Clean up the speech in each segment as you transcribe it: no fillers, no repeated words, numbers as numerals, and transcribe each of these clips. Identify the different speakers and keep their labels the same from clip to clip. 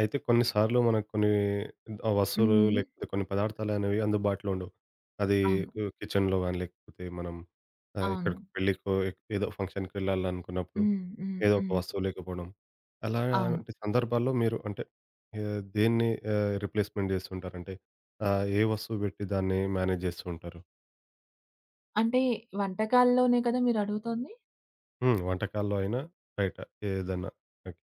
Speaker 1: అయితే కొన్ని సార్లు మనకు కొన్ని ఆ వస్తువులు
Speaker 2: హ్మ్.
Speaker 1: లేకపోతే కొన్ని పదార్థాలనేవి అందుబాటులో ఉండవు. అది
Speaker 2: అవును.
Speaker 1: కిచెన్‌లో గాని, లేకపోతే మనం
Speaker 2: అవును.
Speaker 1: ఎక్కడికో పెళ్ళికో ఏదో ఫంక్షన్‌కి వెళ్ళాలనుకున్నప్పుడు
Speaker 2: హ్మ్. హ్మ్.
Speaker 1: ఏదో ఒక
Speaker 2: హ్మ్.
Speaker 1: వస్తువు లేకపోవడం.
Speaker 2: అవును.
Speaker 1: అలాంటి సందర్భాల్లో మీరు అంటే దేన్ని రిప్లేస్‌మెంట్ చేస్తుంటారు? అంటే ఏ వస్తువు పెట్టి దాన్ని మేనేజ్ చేస్తూ ఉంటారు?
Speaker 2: అంటే వంటకాల్లోనే కదా మీరడుగుతోంది?
Speaker 1: హ్మ్. వంటకాల్లో అయినా బయట ఏదన్నా. ఓకే.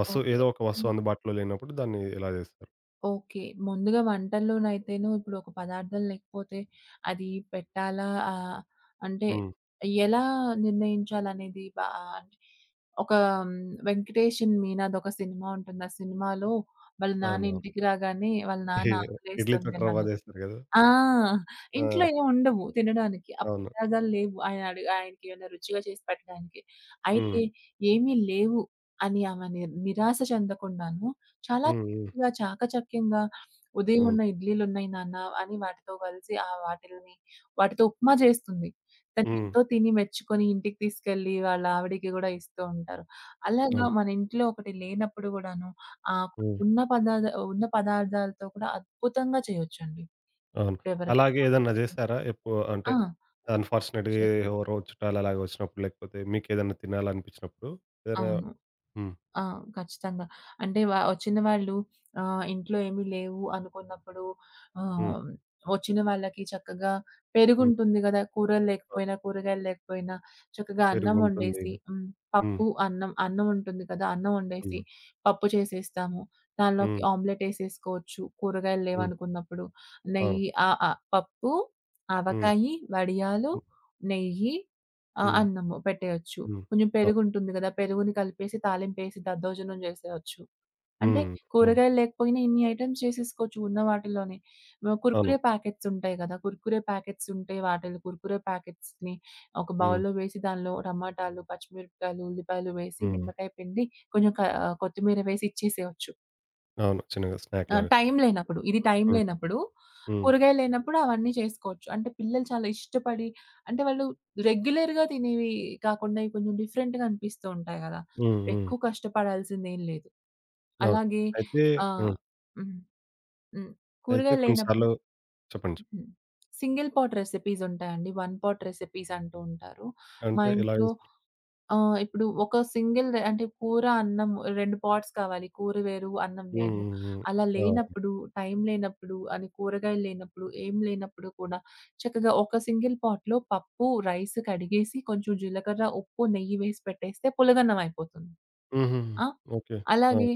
Speaker 1: వస్తువు
Speaker 2: ఓకే.
Speaker 1: ఏదో ఒక
Speaker 2: హ్మ్.
Speaker 1: వస్తువు అందుబాటులో లేనప్పుడు దాన్ని ఎలా చేస్తారు?
Speaker 2: ఓకే. ముందుగా వంటల్లోనైతేను ఇప్పుడు ఒక పదార్థం లేకపోతే అది పెట్టాలా? అంటే
Speaker 1: హ్మ్.
Speaker 2: ఎలా నిర్ణయించాలనేది బా అంటే ఒక హ్మ్, 'వెంకటేషన్ మీనా' అదొక సినిమా ఉంటుంది. ఆ సినిమాలో వాళ్ళ నాన్న
Speaker 1: అవును. అవును.
Speaker 2: ఇంటికి రాగానే వాళ్ళ నాన్న ఆకలేస్తుంది
Speaker 1: ఇడ్లీతోటి
Speaker 2: అని
Speaker 1: రవ్వ
Speaker 2: అడుగుతాడు.
Speaker 1: చేస్తారు గదా!
Speaker 2: ఆ! ఇంట్లో
Speaker 1: ఆ!
Speaker 2: ఏముండవు తినడానికి. ఆ
Speaker 1: అవును.
Speaker 2: పదార్థాలు లేవు. ఆయన అడుగు ఆయనకేమైనా రుచిగా చేసి పెట్టడానికి.
Speaker 1: హ్మ్.
Speaker 2: అయితే ఏమీ లేవు అని ఆమె ని నిరాశ చెందకుండాను చాలా
Speaker 1: హ్మ్. హ్మ్.
Speaker 2: తృప్తిగా, చాకచక్యంగా ఉదయం
Speaker 1: అవును.
Speaker 2: ఉన్న ఇడ్లీలున్నాయి నాన్న అని వాటితో కలిసి ఆ వాటిల్ని వాటితో ఉప్మా చేస్తుంది. తను
Speaker 1: హ్మ్.
Speaker 2: ఎంతో తిని మెచ్చుకొని ఇంటికి తీసుకెళ్ళి వాళ్ళ ఆవిడకి గూడా ఇస్తూ ఉంటారు. అలాగా
Speaker 1: అవును.
Speaker 2: మన ఇంట్లో ఒకటి లేనప్పుడు గూడాను ఆహ్,
Speaker 1: హ్మ్.
Speaker 2: ఉన్న పదార్థ ఉన్న పదార్థాలతో కూడా అద్భుతంగా చేయొచ్చండి.
Speaker 1: అవును.
Speaker 2: ఇప్పుడెవరైనా
Speaker 1: అలాగే ఏదన్నా జేశారా?
Speaker 2: ఆ!
Speaker 1: అంటే అన్‌ఫార్చునేట్‌గా
Speaker 2: చేశాం.
Speaker 1: ఎవరో చుట్టాలు అలాగ వచ్చినప్పుడు, లేకపోతే మీకేదన్నా తినాలనిపించినప్పుడు ఏదైనా?
Speaker 2: అవును.
Speaker 1: హ్మ్.
Speaker 2: ఆ! ఖచ్చితంగా. అంటే వచ్చిన వాళ్ళు ఇంట్లో ఏమి లేవు అనుకున్నప్పుడు
Speaker 1: హ్మ్.
Speaker 2: ఆహ్, వచ్చిన వాళ్ళకి చక్కగా
Speaker 1: హ్మ్.
Speaker 2: పెరుగుంటుంది గదా! కూరలు
Speaker 1: అవును.
Speaker 2: లేకపోయినా, కూరగాయలు లేకపోయినా చక్కగా అన్నం
Speaker 1: పెరుగుంటుంది.
Speaker 2: వండేసి
Speaker 1: హ్మ్.
Speaker 2: పప్పు, అన్నం, అన్నం ఉంటుంది కదా! అన్నం వండేసి
Speaker 1: హ్మ్.
Speaker 2: పప్పు చేసేస్తాము. దానిలోకి
Speaker 1: హ్మ్.
Speaker 2: ఆమ్లెట్ ఏసేసుకోవచ్చు. కూరగాయలు
Speaker 1: హ్మ్.
Speaker 2: లేవనుకున్నప్పుడు.
Speaker 1: అవును.
Speaker 2: నెయ్యి ఆహ్, ఆహ్, పప్పు,
Speaker 1: హ్మ్.
Speaker 2: ఆవకాయి, వడియాలు,
Speaker 1: హ్మ్.
Speaker 2: నెయ్యి,
Speaker 1: హ్మ్.
Speaker 2: అన్నము పెట్టేయొచ్చు.
Speaker 1: హ్మ్.
Speaker 2: కొంచెం
Speaker 1: అవును.
Speaker 2: పెరుగుంటుంది గదా! పెరుగుని కలిపేసి తాలింపేసి దద్దోజనం జేసేయొచ్చు. అంటే
Speaker 1: హ్మ్. అవును.
Speaker 2: కూరగాయలు లేకపోయినా ఇన్ని ఐటెమ్స్ చేసేసుకోవచ్చు ఉన్న వాటిలోనే.
Speaker 1: అవును.
Speaker 2: కుర్కురే ప్యాకెట్స్ ఉంటాయి గదా! కుర్కురే ప్యాకెట్స్ ఉంటే వాటిలో కుర్కురే ప్యాకెట్స్‌ని ఒక
Speaker 1: హ్మ్.
Speaker 2: బౌల్‌లో వేసి దానిలో టమాటాలు, పచ్చిమిరపకాయలు, ఉల్లిపాయలు వేసి
Speaker 1: హ్మ్.
Speaker 2: నిమ్మకాయ పిండి కొంచెం క కొత్తిమీర వేసి ఇచ్చేసేయొచ్చు.
Speaker 1: అవును. చిన్నగా
Speaker 2: ఆ!
Speaker 1: స్నాక్‌లాగా.
Speaker 2: టైం లేనప్పుడు. ఇది టైం
Speaker 1: హ్మ్.
Speaker 2: లేనప్పుడు,
Speaker 1: హ్మ్.
Speaker 2: కూరగాయలు లేనప్పుడు అవన్నీ చేసుకోవచ్చు. అంటే పిల్లలు చాలా ఇష్టపడి అంటే వాళ్ళు రెగ్యులర్‌గా తినేవి కాకుండా ఇవి కొంచెం డిఫరెంట్‌గా అనిపిస్తూ ఉంటాయి గదా!
Speaker 1: హ్మ్. హ్మ్.
Speaker 2: ఎక్కువ కష్టపడాల్సిందేం లేదు.
Speaker 1: అవును.
Speaker 2: అలాగే
Speaker 1: అయితే.
Speaker 2: ఆహ్,
Speaker 1: హ్మ్.
Speaker 2: హ్మ్. హ్మ్.
Speaker 1: అయితే
Speaker 2: కూరగాయలు
Speaker 1: కొన్ని
Speaker 2: లేనప్పుడు
Speaker 1: సార్లు చెప్పండి.
Speaker 2: హ్మ్. సింగిల్ పాట్ రెసిపీస్ ఉంటాయండి. వన్ పాట్ రెసిపీస్ అంటూ ఉంటారు. మా
Speaker 1: అంటే ఎలా
Speaker 2: ఇంట్లో
Speaker 1: చేస్తారు?
Speaker 2: ఆ! ఇప్పుడు ఒక సింగిల్ అంటే కూర, అన్నం 2 పాట్స్ కావాలి. కూర వేరు, అన్నం
Speaker 1: హ్మ్.
Speaker 2: వేరు.
Speaker 1: హ్మ్. హ్మ్.
Speaker 2: అలా
Speaker 1: ఆ!
Speaker 2: లేనప్పుడు, టైం లేనప్పుడు, అని కూరగాయలు లేనప్పుడు, ఏం లేనప్పుడు కూడా చక్కగా ఒక సింగిల్ పాట్‌లో పప్పు, రైస్ కడిగేసి కొంచెం జీలకర్ర, ఉప్పు, నెయ్యి వేసి పెట్టేస్తే పులగన్నం అయిపోతుంది.
Speaker 1: హుహుహు.
Speaker 2: ఆ!
Speaker 1: ఓకే. ఆ!
Speaker 2: అలాగే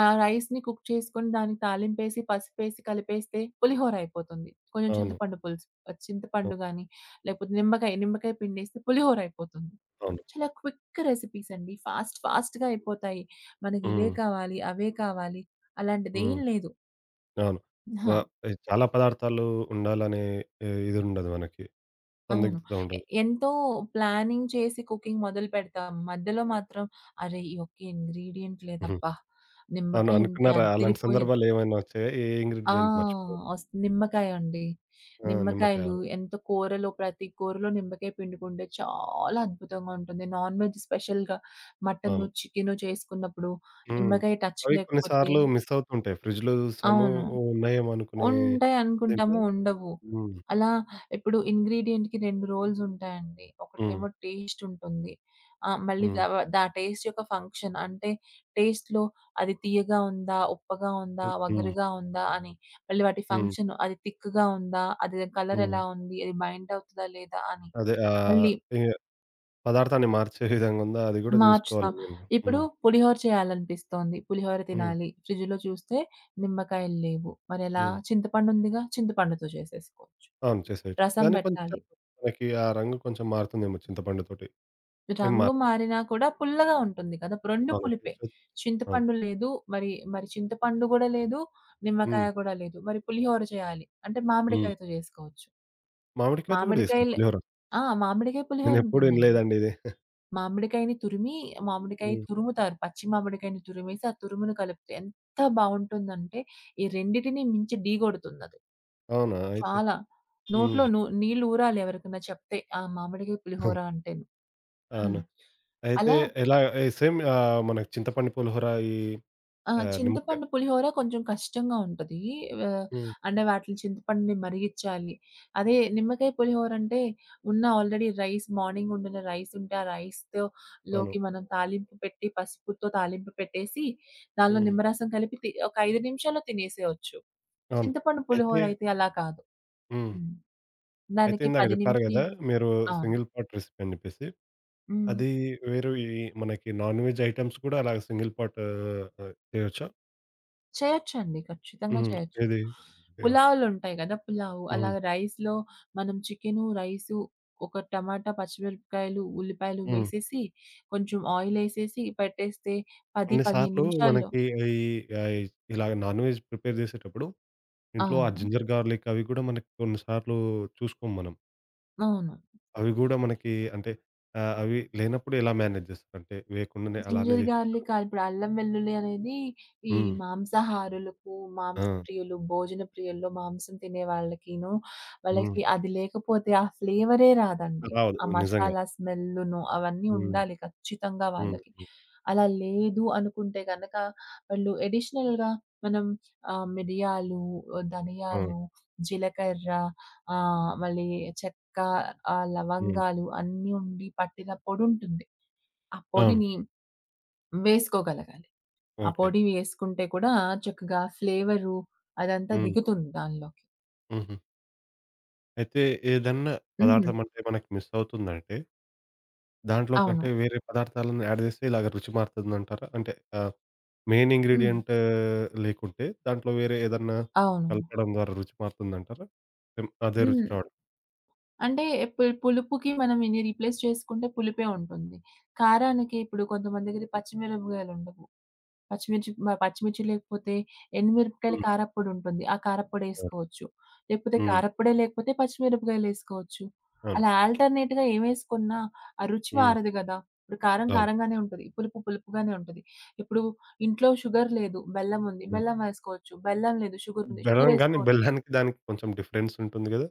Speaker 2: ఆ రైస్‌ని కుక్ చేసుకొని దానికి తాలింపేసి, పసుపేసి కలిపేస్తే పులిహోర అయిపోతుంది. కొంచెం
Speaker 1: అవును.
Speaker 2: చింతపండు పులుసు,
Speaker 1: ఆ!
Speaker 2: చింతపండు గాని లేకపోతే నిమ్మకాయ, నిమ్మకాయ పిండేస్తే పులిహోర అయిపోతుంది.
Speaker 1: అవును.
Speaker 2: చాలా క్విక్ రెసిపీస్ అండి. ఫాస్ట్ ఫాస్ట్‌గా అయిపోతాయి. మనకి ఇవే
Speaker 1: హ్మ్.
Speaker 2: కావాలి, అవే కావాలి అలాంటిదేం
Speaker 1: హ్మ్.
Speaker 2: లేదు.
Speaker 1: అవును. వ
Speaker 2: అహా!
Speaker 1: ఈ చాలా పదార్థాలు ఉండాలనే ఇదుండదు మనకి.
Speaker 2: అవును.
Speaker 1: సందిగ్ధత ఉండదు.
Speaker 2: ఎంతో ప్లానింగ్ చేసి కుకింగ్ మొదలుపెడతాం. మధ్యలో మాత్రం అరే! ఈ ఒక్క ఇంగ్రీడియెంట్
Speaker 1: హుహు.
Speaker 2: లేదబ్బా!
Speaker 1: అవును
Speaker 2: నిమ్మకాయ ఉంటే
Speaker 1: అనుకున్నారా? అలాంటి
Speaker 2: అద్దిరిపోయేది.
Speaker 1: సందర్భాలు ఏమైనా వచ్చాయా? ఏ
Speaker 2: ఆ!
Speaker 1: ఇంగ్రీడియెంట్ మర్చిపోయారు?
Speaker 2: నిమ్మకాయ అండి.
Speaker 1: ఆ! నిమ్మకాయ.
Speaker 2: నిమ్మకాయలు
Speaker 1: అవును.
Speaker 2: ఎంత కూరలో ప్రతి కూరలో నిమ్మకాయ పిండుకుంటే చాలా అద్భుతంగా ఉంటుంది. నాన్ వెజ్ స్పెషల్‌గా మటను,
Speaker 1: అవును.
Speaker 2: చికెను చేసుకున్నప్పుడు
Speaker 1: హ్మ్.
Speaker 2: నిమ్మకాయ టచ్
Speaker 1: అవి కొన్ని
Speaker 2: లేకపోతే
Speaker 1: సార్లు మిస్ అవుతుంటాయి. ఫ్రిడ్జ్‌లో చూస్తాము,
Speaker 2: అవును.
Speaker 1: ఉన్నాయేమో అనుకునే.
Speaker 2: ఉంటాయనుకుంటాము
Speaker 1: దీంట్లో
Speaker 2: ఉండవు.
Speaker 1: హ్మ్.
Speaker 2: అలా ఇప్పుడు ఇంగ్రీడియెంట్‌కి 2 రోల్స్ ఉంటాయండి.
Speaker 1: హ్మ్.
Speaker 2: ఒకటేమో టేస్ట్ ఉంటుంది. మళ్ళీ
Speaker 1: హ్మ్.
Speaker 2: దా టేస్ట్ యొక్క ఫంక్షన్ అంటే టేస్ట్‌లో అది తియ్యగా ఉందా? ఉప్పగా ఉందా?
Speaker 1: హ్మ్. హ్మ్.
Speaker 2: వగరుగా ఉందా? అని. మళ్ళీ వాటి
Speaker 1: హ్మ్.
Speaker 2: ఫంక్షన్ అది తిక్కుగా ఉందా? అది కలర్
Speaker 1: హ్మ్.
Speaker 2: ఎలా ఉంది? అది బైండ్ అవుతదా? లేదా? అని.
Speaker 1: అదే.
Speaker 2: మళ్ళీ
Speaker 1: ఈ పదార్థాన్ని మార్చే విధంగా ఉందా, అది గూడా జూసుకోవాలి
Speaker 2: మార్చుతాం.
Speaker 1: మేము.
Speaker 2: ఇప్పుడు
Speaker 1: హ్మ్. అవును.
Speaker 2: పులిహోర చేయాలనిపిస్తోంది. పులిహోర
Speaker 1: హ్మ్.
Speaker 2: తినాలి. ఫ్రిడ్జ్‌లో చూస్తే నిమ్మకాయలు లేవు. మరెలా?
Speaker 1: హ్మ్.
Speaker 2: చింతపండు ఉందిగా, చింతపండుతో చేసేసుకోవచ్చు.
Speaker 1: అవును. చేసేయొచ్చు.
Speaker 2: రసం
Speaker 1: కానీ కొంచెం
Speaker 2: బెట్టాలి.
Speaker 1: మనకి ఆ రంగు కొంచెం మారుతుందేమో చింతపండుతోటి. ఏం
Speaker 2: రంగు
Speaker 1: మారదా?
Speaker 2: మారినా కూడా పుల్లగా ఉంటుంది కదా! 2
Speaker 1: అవును.
Speaker 2: పులిపే.
Speaker 1: టేస్ట్ అయితే అవును.
Speaker 2: చింతపండు లేదు. మరి మరి చింతపండు గూడా లేదు.
Speaker 1: హ్మ్.
Speaker 2: నిమ్మకాయ కూడా లేదు. మరి పులిహోర చేయాలి. అంటే
Speaker 1: హ్మ్.
Speaker 2: మామిడికాయతో జేసుకోవచ్చు.
Speaker 1: మామిడికాయతో గూడా జేస్తారు
Speaker 2: మామిడికాయలు
Speaker 1: పులిహోర.
Speaker 2: ఆ! మామిడికాయ పులిహోర
Speaker 1: నేనెప్పుడు
Speaker 2: ఉంటుందండి.
Speaker 1: ఇనలేదండి ఇది.
Speaker 2: మామిడికాయని తురిమి, మామిడికాయ
Speaker 1: హ్మ్.
Speaker 2: తురుముతారు. పచ్చి మామిడికాయని తురిమేసి, ఆ తురుమును కలిపితే ఎంత బావుంటుందంటే, ఈ రెండిటిని మించి ఢీగొడుతుందది.
Speaker 1: అవునా? అయితే
Speaker 2: చాలా. నోట్లో
Speaker 1: హ్మ్.
Speaker 2: నీళ్లు ఊరాలి ఎవరికన్నా చెప్తే, ఆ మామిడికాయ పులిహోర అంటేను. హ్మ్.
Speaker 1: అవును. అయితే
Speaker 2: అలా
Speaker 1: ఎలా ఏ సేమ్ మనకి చింతపండు పులిహోర ఈ
Speaker 2: ఆ!
Speaker 1: నిమ్మకాయ.
Speaker 2: చింతపండు పులిహోర కొంచెం కష్టంగా ఉంటది. ఆహ్,
Speaker 1: హ్మ్.
Speaker 2: అంటే వాటిని చింతపండుని మరిగిచ్చాలి. అదే నిమ్మకాయ పులిహోర అంటే ఉన్న ఆల్రెడీ రైస్ మార్నింగ్ వండిన రైస్ ఉంటే, ఆ రైస్‌తో
Speaker 1: అవును.
Speaker 2: లోకి మనం తాలింపు పెట్టి, పసుపుతో తాలింపు పెట్టేసి, దానిలో
Speaker 1: హ్మ్.
Speaker 2: నిమ్మరసం కలిపి ఒక 5 నిమిషాల్లో తినేసేయొచ్చు.
Speaker 1: అవును.
Speaker 2: చింతపండు
Speaker 1: అయితే
Speaker 2: పులిహోర అయితే అలా కాదు.
Speaker 1: హ్మ్.
Speaker 2: హ్మ్.
Speaker 1: అయితే
Speaker 2: దానికి
Speaker 1: ఇందాక
Speaker 2: 10
Speaker 1: జెప్పారు
Speaker 2: నుంచి
Speaker 1: గదా! మీరు
Speaker 2: అవును.
Speaker 1: సింగిల్ పాట్ రెసిపీ అని జెప్పేసి.
Speaker 2: హ్మ్.
Speaker 1: అది వేరు. ఈ మనకి నాన్ వెజ్ ఐటెమ్స్ కూడా అలాగ సింగిల్ పాట్ చేయొచ్చా?
Speaker 2: చేయొచ్చండి. ఖచ్చితంగా
Speaker 1: హ్మ్.
Speaker 2: చేయొచ్చు.
Speaker 1: ఏది? యాహ్!
Speaker 2: పులావులుంటాయి గదా! పులావు. అలా
Speaker 1: హ్మ్.
Speaker 2: రైస్‌లో మనం చికెను, రైసు, ఒక టమాటా, పచ్చిమిరపకాయలు, ఉల్లిపాయలు
Speaker 1: హ్మ్.
Speaker 2: వేసేసి, కొంచెం ఆయిలేసేసి పెట్టేస్తే 10,
Speaker 1: కొన్ని
Speaker 2: 15
Speaker 1: సార్లు
Speaker 2: నిమిషాల్లో
Speaker 1: మనకి ఈ ఆహ్, ఇలాగ నాన్ వెజ్ ప్రిపేర్ చేసేటప్పుడు ఇంట్లో ఆ
Speaker 2: అవును.
Speaker 1: జింజర్ గార్లిక్ అవి కూడా మనకి కొన్ని సార్లు చూసుకోం మనం.
Speaker 2: అవును.
Speaker 1: అవి గూడా మనకి అంటే అవి లేనప్పుడు ఎలా మేనేజ్ చేస్తారు? అంటే వేయకుండానే అలానే
Speaker 2: జింజర్
Speaker 1: చేసేస్తారా?
Speaker 2: గార్లికా ఇప్పుడు అల్లం వెల్లుల్లి అనేది ఈ
Speaker 1: హ్మ్.
Speaker 2: మాంసాహారులకు,
Speaker 1: ఆ!
Speaker 2: మాంస ప్రియులు, భోజన ప్రియుల్లో మాంసం తినే వాళ్ళకిను,
Speaker 1: హ్మ్.
Speaker 2: వాళ్ళకి అది లేకపోతే ఆ ఫ్లేవరే రాదండి. ఆ
Speaker 1: రావద్దు నిజంగా.
Speaker 2: మసాలా స్మెల్లును అవన్నీ
Speaker 1: హ్మ్.
Speaker 2: ఉండాలి ఖచ్చితంగా
Speaker 1: హ్మ్.
Speaker 2: వాళ్ళకి.
Speaker 1: హ్మ్.
Speaker 2: అలా లేదు అనుకుంటే గనక వాళ్ళు అడిషనల్‌గా మనం మిరియాలు,
Speaker 1: ఆ!
Speaker 2: ధనియాలు, జీలకర్ర మళ్ళీ చెక్క,
Speaker 1: హ్మ్.
Speaker 2: లవంగాలు అన్నీ ఉండి పట్టిన పొడి ఉంటుంది. ఆ
Speaker 1: అవును.
Speaker 2: పొడిని వేసుకోగలగాలి. ఆ
Speaker 1: ఓకే.
Speaker 2: పొడి వేసుకుంటే కూడా చక్కగా ఫ్లేవరు అదంతా
Speaker 1: హ్మ్.
Speaker 2: దిగుతుంది దానిలోకి.
Speaker 1: హుహు. అయితే ఏదన్నా
Speaker 2: హుహు.
Speaker 1: పదార్థం అంటే మనకి మిస్ అవుతుందంటే, దాంట్లోకి
Speaker 2: అవును.
Speaker 1: అంటే వేరే పదార్థాలను యాడ్ చేస్తే ఇలాగ రుచి మారుతుందంటారా? అంటే ఆహ్, మెయిన్
Speaker 2: హ్మ్.
Speaker 1: ఇంగ్రీడియెంట్ లేకుంటే దాంట్లో వేరే ఏదన్నా
Speaker 2: అవును.
Speaker 1: కలపడం ద్వారా రుచి మారుతుందంటారా? సేమ్ అదే రుచి
Speaker 2: హ్మ్.
Speaker 1: రావడం.
Speaker 2: అంటే పులుపుకి మనం ఇన్ని రీప్లేస్ చేసుకుంటే పులుపే ఉంటుంది. కారానికి ఇప్పుడు కొంతమంది దగ్గర పచ్చిమిరపకాయలుండవు. పచ్చిమిర్చి లేకపోతే ఎండుమిరపకాయల
Speaker 1: హ్మ్.
Speaker 2: కారప్పొడి ఉంటుంది. ఆ
Speaker 1: అవును.
Speaker 2: కారప్పొడేసుకోవచ్చు. లేకపోతే
Speaker 1: హ్మ్.
Speaker 2: కారప్పొడే లేకపోతే పచ్చిమిరపకాయలేసుకోవచ్చు.
Speaker 1: అవును.
Speaker 2: అలా ఆల్టర్‌నేట్‌గా ఏమేసుకున్నా ఆ రుచి
Speaker 1: హ్మ్.
Speaker 2: మారదు గదా! ఇప్పుడు కారం
Speaker 1: అవును.
Speaker 2: కారంగానే ఉంటది. పులుపు పులుపుగానే ఉంటది. ఇప్పుడు ఇంట్లో షుగర్ లేదు, బెల్లం ఉంది.
Speaker 1: హ్మ్.
Speaker 2: బెల్లం వేసుకోవచ్చు. బెల్లం లేదు, షుగర్ ఉంది.
Speaker 1: బెల్లం గాని
Speaker 2: షుగరేసుకోవచ్చు.
Speaker 1: బెల్లానికి దానికి కొంచెం డిఫరెన్స్ ఉంటుంది గదా!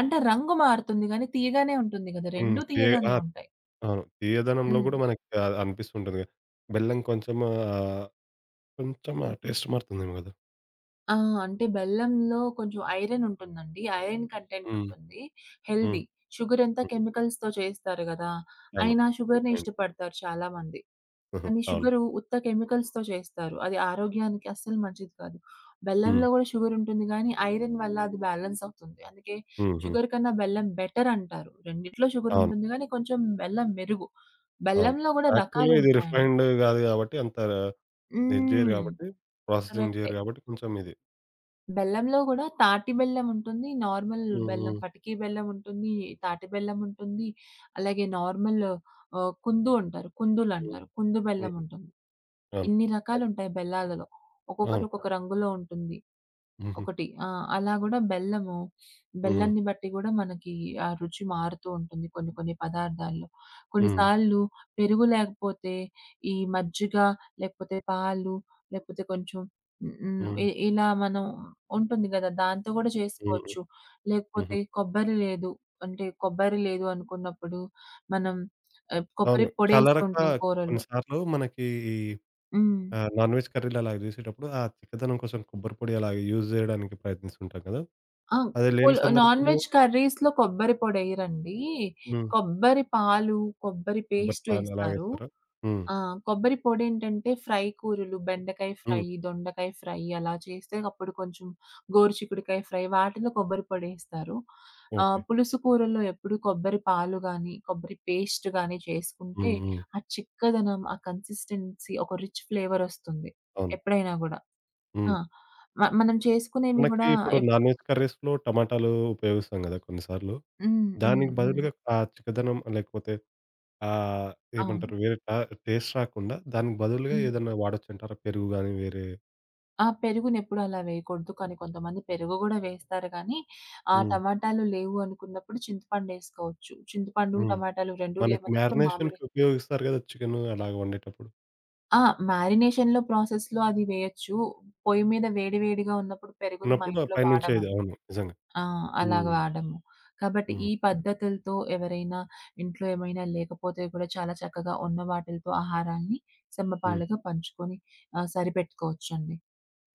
Speaker 2: అంటే రంగు మారుతుంది గానీ తీయగానే ఉంటుంది గదా!
Speaker 1: హ్మ్.
Speaker 2: 2 తీయగానే
Speaker 1: ఆ!
Speaker 2: ఉంటాయి.
Speaker 1: అవును. తీయదనంలో
Speaker 2: హ్మ్.
Speaker 1: గూడా మనకి అనిపిస్తుంటుంది కదా. బెల్లం కొంచెం కొంచెం ఆ టేస్ట్ మారుతుందేమో గదా!
Speaker 2: ఆ! అంటే బెల్లంలో కొంచెం ఐరన్ ఉంటుందండి. ఐరన్ కంటెంట్
Speaker 1: హ్మ్.
Speaker 2: ఉంటుంది. హెల్తీ.
Speaker 1: హ్మ్.
Speaker 2: షుగర్ అంతా
Speaker 1: హ్మ్.
Speaker 2: కెమికల్స్‌తో చేస్తారు గదా!
Speaker 1: అవును.
Speaker 2: అయినా షుగర్‌ని
Speaker 1: రిఫైన్డ్.
Speaker 2: ఇష్టపడతారు చాలామంది.
Speaker 1: హుహు.
Speaker 2: కానీ
Speaker 1: అవును.
Speaker 2: షుగరు ఉత్త కెమికల్స్‌తో చేస్తారు. అది ఆరోగ్యానికి అస్సలు మంచిది కాదు.
Speaker 1: హ్మ్.
Speaker 2: బెల్లంలో గూడా షుగర్ ఉంటుంది గానీ, ఐరన్ వల్ల అది బ్యాలెన్స్ అవుతుంది. అందుకే
Speaker 1: హుహు.
Speaker 2: షుగర్ కన్నా బెల్లం బెటర్ అంటారు. రెండిట్లో షుగర్
Speaker 1: అవును.
Speaker 2: ఉంటుంది గానీ, కొంచెం బెల్లం మెరుగు.
Speaker 1: అవును.
Speaker 2: బెల్లంలో గూడా
Speaker 1: యాక్చువల్‌గా ఇది
Speaker 2: రకాలుంటాయండి.
Speaker 1: రిఫైన్డ్ గాదు గాబట్టి అంత, ఇది జేయరు
Speaker 2: హ్మ్.
Speaker 1: గాబట్టి, ప్రాసెసింగ్
Speaker 2: కరెక్టే.
Speaker 1: జేయరు గాబట్టి కొంచెం ఇది.
Speaker 2: బెల్లంలో గూడా తాటి బెల్లం ఉంటుంది. నార్మల్
Speaker 1: హ్మ్.
Speaker 2: బెల్లం,
Speaker 1: హ్మ్.
Speaker 2: పటికి బెల్లం ఉంటుంది. తాటి బెల్లం ఉంటుంది. అలాగే నార్మల్ కుందు అంటారు.
Speaker 1: హ్మ్.
Speaker 2: కుందులంటారు. కుందు
Speaker 1: హ్మ్.
Speaker 2: బెల్లం ఉంటుంది.
Speaker 1: అవును.
Speaker 2: ఇన్ని
Speaker 1: అయి
Speaker 2: రకాలుంటాయి బెల్లాలలో. ఒక్కొక్కటి
Speaker 1: అవును.
Speaker 2: ఒక్కొక్క రంగులో ఉంటుంది.
Speaker 1: హుహు.
Speaker 2: ఒకటి. ఆ! అలా గూడా బెల్లము,
Speaker 1: హ్మ్.
Speaker 2: బెల్లాన్ని బట్టి గూడా మనకి ఆ రుచి మారుతూ ఉంటుంది కొన్ని కొన్ని పదార్థాల్లో.
Speaker 1: హ్మ్.
Speaker 2: కొన్నిసార్లు పెరుగు లేకపోతే ఈ మజ్జిగ, లేకపోతే పాలు, లేకపోతే కొంచెం హ్మ్, హ్మ్.
Speaker 1: హ్మ్.
Speaker 2: ఇలా మనం ఉంటుంది గదా! దాంతో గూడా
Speaker 1: హ్మ్.
Speaker 2: చేసుకోవచ్చు.
Speaker 1: హుహు.
Speaker 2: లేకపోతే కొబ్బరి లేదు అంటే కొబ్బరి లేదు అనుకున్నప్పుడు మనం కొబ్బరి
Speaker 1: అవును. చాలా
Speaker 2: పొడేస్తూ
Speaker 1: రకా
Speaker 2: ఉంటాం
Speaker 1: కొన్ని
Speaker 2: కూరల్లో.
Speaker 1: సార్లు మనకి ఈ
Speaker 2: హ్మ్.
Speaker 1: నాన్ వెజ్ కర్రీలు అలాగ జేసేటప్పుడు ఆ చిక్కదనం కోసం కొబ్బరి పొడి అలాగ యూజ్ జేయడానికి ప్రయత్నిస్తుంటాం గదా!
Speaker 2: ఆ!
Speaker 1: అది లేని
Speaker 2: పుల్ నాన్
Speaker 1: సందర్భంలో?
Speaker 2: వెజ్ కర్రీస్‌లో కొబ్బరి పొడెయ్యరండి.
Speaker 1: హ్మ్.
Speaker 2: కొబ్బరి పాలు, కొబ్బరి
Speaker 1: కొబ్బరి
Speaker 2: పేస్ట్
Speaker 1: పాలు
Speaker 2: వేస్తారు.
Speaker 1: అలాగేస్తారా? హ్మ్.
Speaker 2: ఆ! కొబ్బరి పొడేంటంటే ఫ్రై కూరలు, బెండకాయ
Speaker 1: హ్మ్.
Speaker 2: ఫ్రై, దొండకాయ ఫ్రై అలా చేస్తే అప్పుడు కొంచెం గోరుచిక్కుడుకాయ ఫ్రై వాటిలో కొబ్బరి పొడేస్తారు.
Speaker 1: ఓకే.
Speaker 2: పులుసు కూరల్లో ఎప్పుడు కొబ్బరి పాలు గాని, కొబ్బరి పేస్ట్ గాని చేసుకుంటే
Speaker 1: హ్మ్. హ్మ్.
Speaker 2: ఆ చిక్కదనం, ఆ కన్సిస్టెన్సీ ఒక రిచ్ ఫ్లేవరొస్తుంది.
Speaker 1: అవును.
Speaker 2: ఎప్పుడైనా గూడా. ఆ!
Speaker 1: హ్మ్.
Speaker 2: మనం చేసుకునేవి
Speaker 1: మనకి
Speaker 2: గూడా
Speaker 1: ఇప్పుడు
Speaker 2: ఎప్
Speaker 1: నాన్ వెజ్ కర్రీస్‌లో టమాటాలు ఉపయోగిస్తాం గదా! కొన్నిసార్లు.
Speaker 2: హ్మ్. హ్మ్.
Speaker 1: దానికి
Speaker 2: హ్మ్.
Speaker 1: బదులుగా ఆ చిక్కదనం లేకపోతే ఆహ్,
Speaker 2: అవును.
Speaker 1: ఏమంటారు, వేరే టేస్ట్ రాకుండా దానికి బదులుగా
Speaker 2: హ్మ్.
Speaker 1: ఏదన్నా వాడొచ్చంటారా? పెరుగు గాని వేరే?
Speaker 2: ఆ! పెరుగునెప్పుడు అలా వేయకూడదు. కానీ కొంతమంది పెరుగు గూడా వేస్తారు గానీ, ఆ
Speaker 1: హ్మ్.
Speaker 2: టమాటాలు లేవు అనుకున్నప్పుడు చింతపండేసుకోవచ్చు. చింతపండు,
Speaker 1: హ్మ్.
Speaker 2: టమాటాలు 2
Speaker 1: మనకి
Speaker 2: లేవన్నప్పుడు మామిడి
Speaker 1: మ్యారినేషన్‌కి ఉపయోగిస్తారు గదా! చికెను అలాగ వండేటప్పుడు.
Speaker 2: ఆ! మ్యారినేషన్‌లో ప్రాసెస్‌లో అది వేయొచ్చు. పొయ్యి మీద వేడి వేడిగా ఉన్నప్పుడు పెరుగుని మా
Speaker 1: ఉన్నప్పుడు ఆ
Speaker 2: ఇంట్లో
Speaker 1: పైనుంచి ఇది
Speaker 2: వాడమండి.
Speaker 1: అవును, నిజంగా.
Speaker 2: ఆ! అలాగ
Speaker 1: హ్మ్.
Speaker 2: వాడము. కాబట్టి
Speaker 1: హ్మ్.
Speaker 2: ఈ పద్ధతులతో ఎవరైనా ఇంట్లో ఏమైనా లేకపోతే కూడా చాలా చక్కగా ఉన్న వాటిలతో ఆహారాన్ని
Speaker 1: హ్మ్.
Speaker 2: సమపాలుగా పంచుకొని సరిపెట్టుకోవచ్చండి.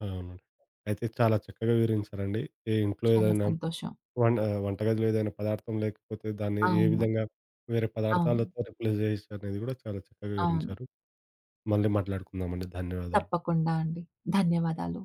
Speaker 1: అవునండి. అయితే చాలా చక్కగా వివరించారండి. ఏ ఇంట్లో
Speaker 2: చాలా
Speaker 1: ఏదైనా
Speaker 2: సంతోషం.
Speaker 1: వంటగదిలో ఏదైనా పదార్థం లేకపోతే దాన్ని ఏ
Speaker 2: అవును.
Speaker 1: విధంగా వేరే
Speaker 2: అవును.
Speaker 1: పదార్థాలతో రిప్లేస్ చేయొచ్చనేది గూడా చాలా చక్కగా
Speaker 2: అవును.
Speaker 1: వివరించారు. మళ్ళీ మాట్లాడుకుందామండి. ధన్యవాదాలు.
Speaker 2: తప్పకుండా అండి. ధన్యవాదాలు.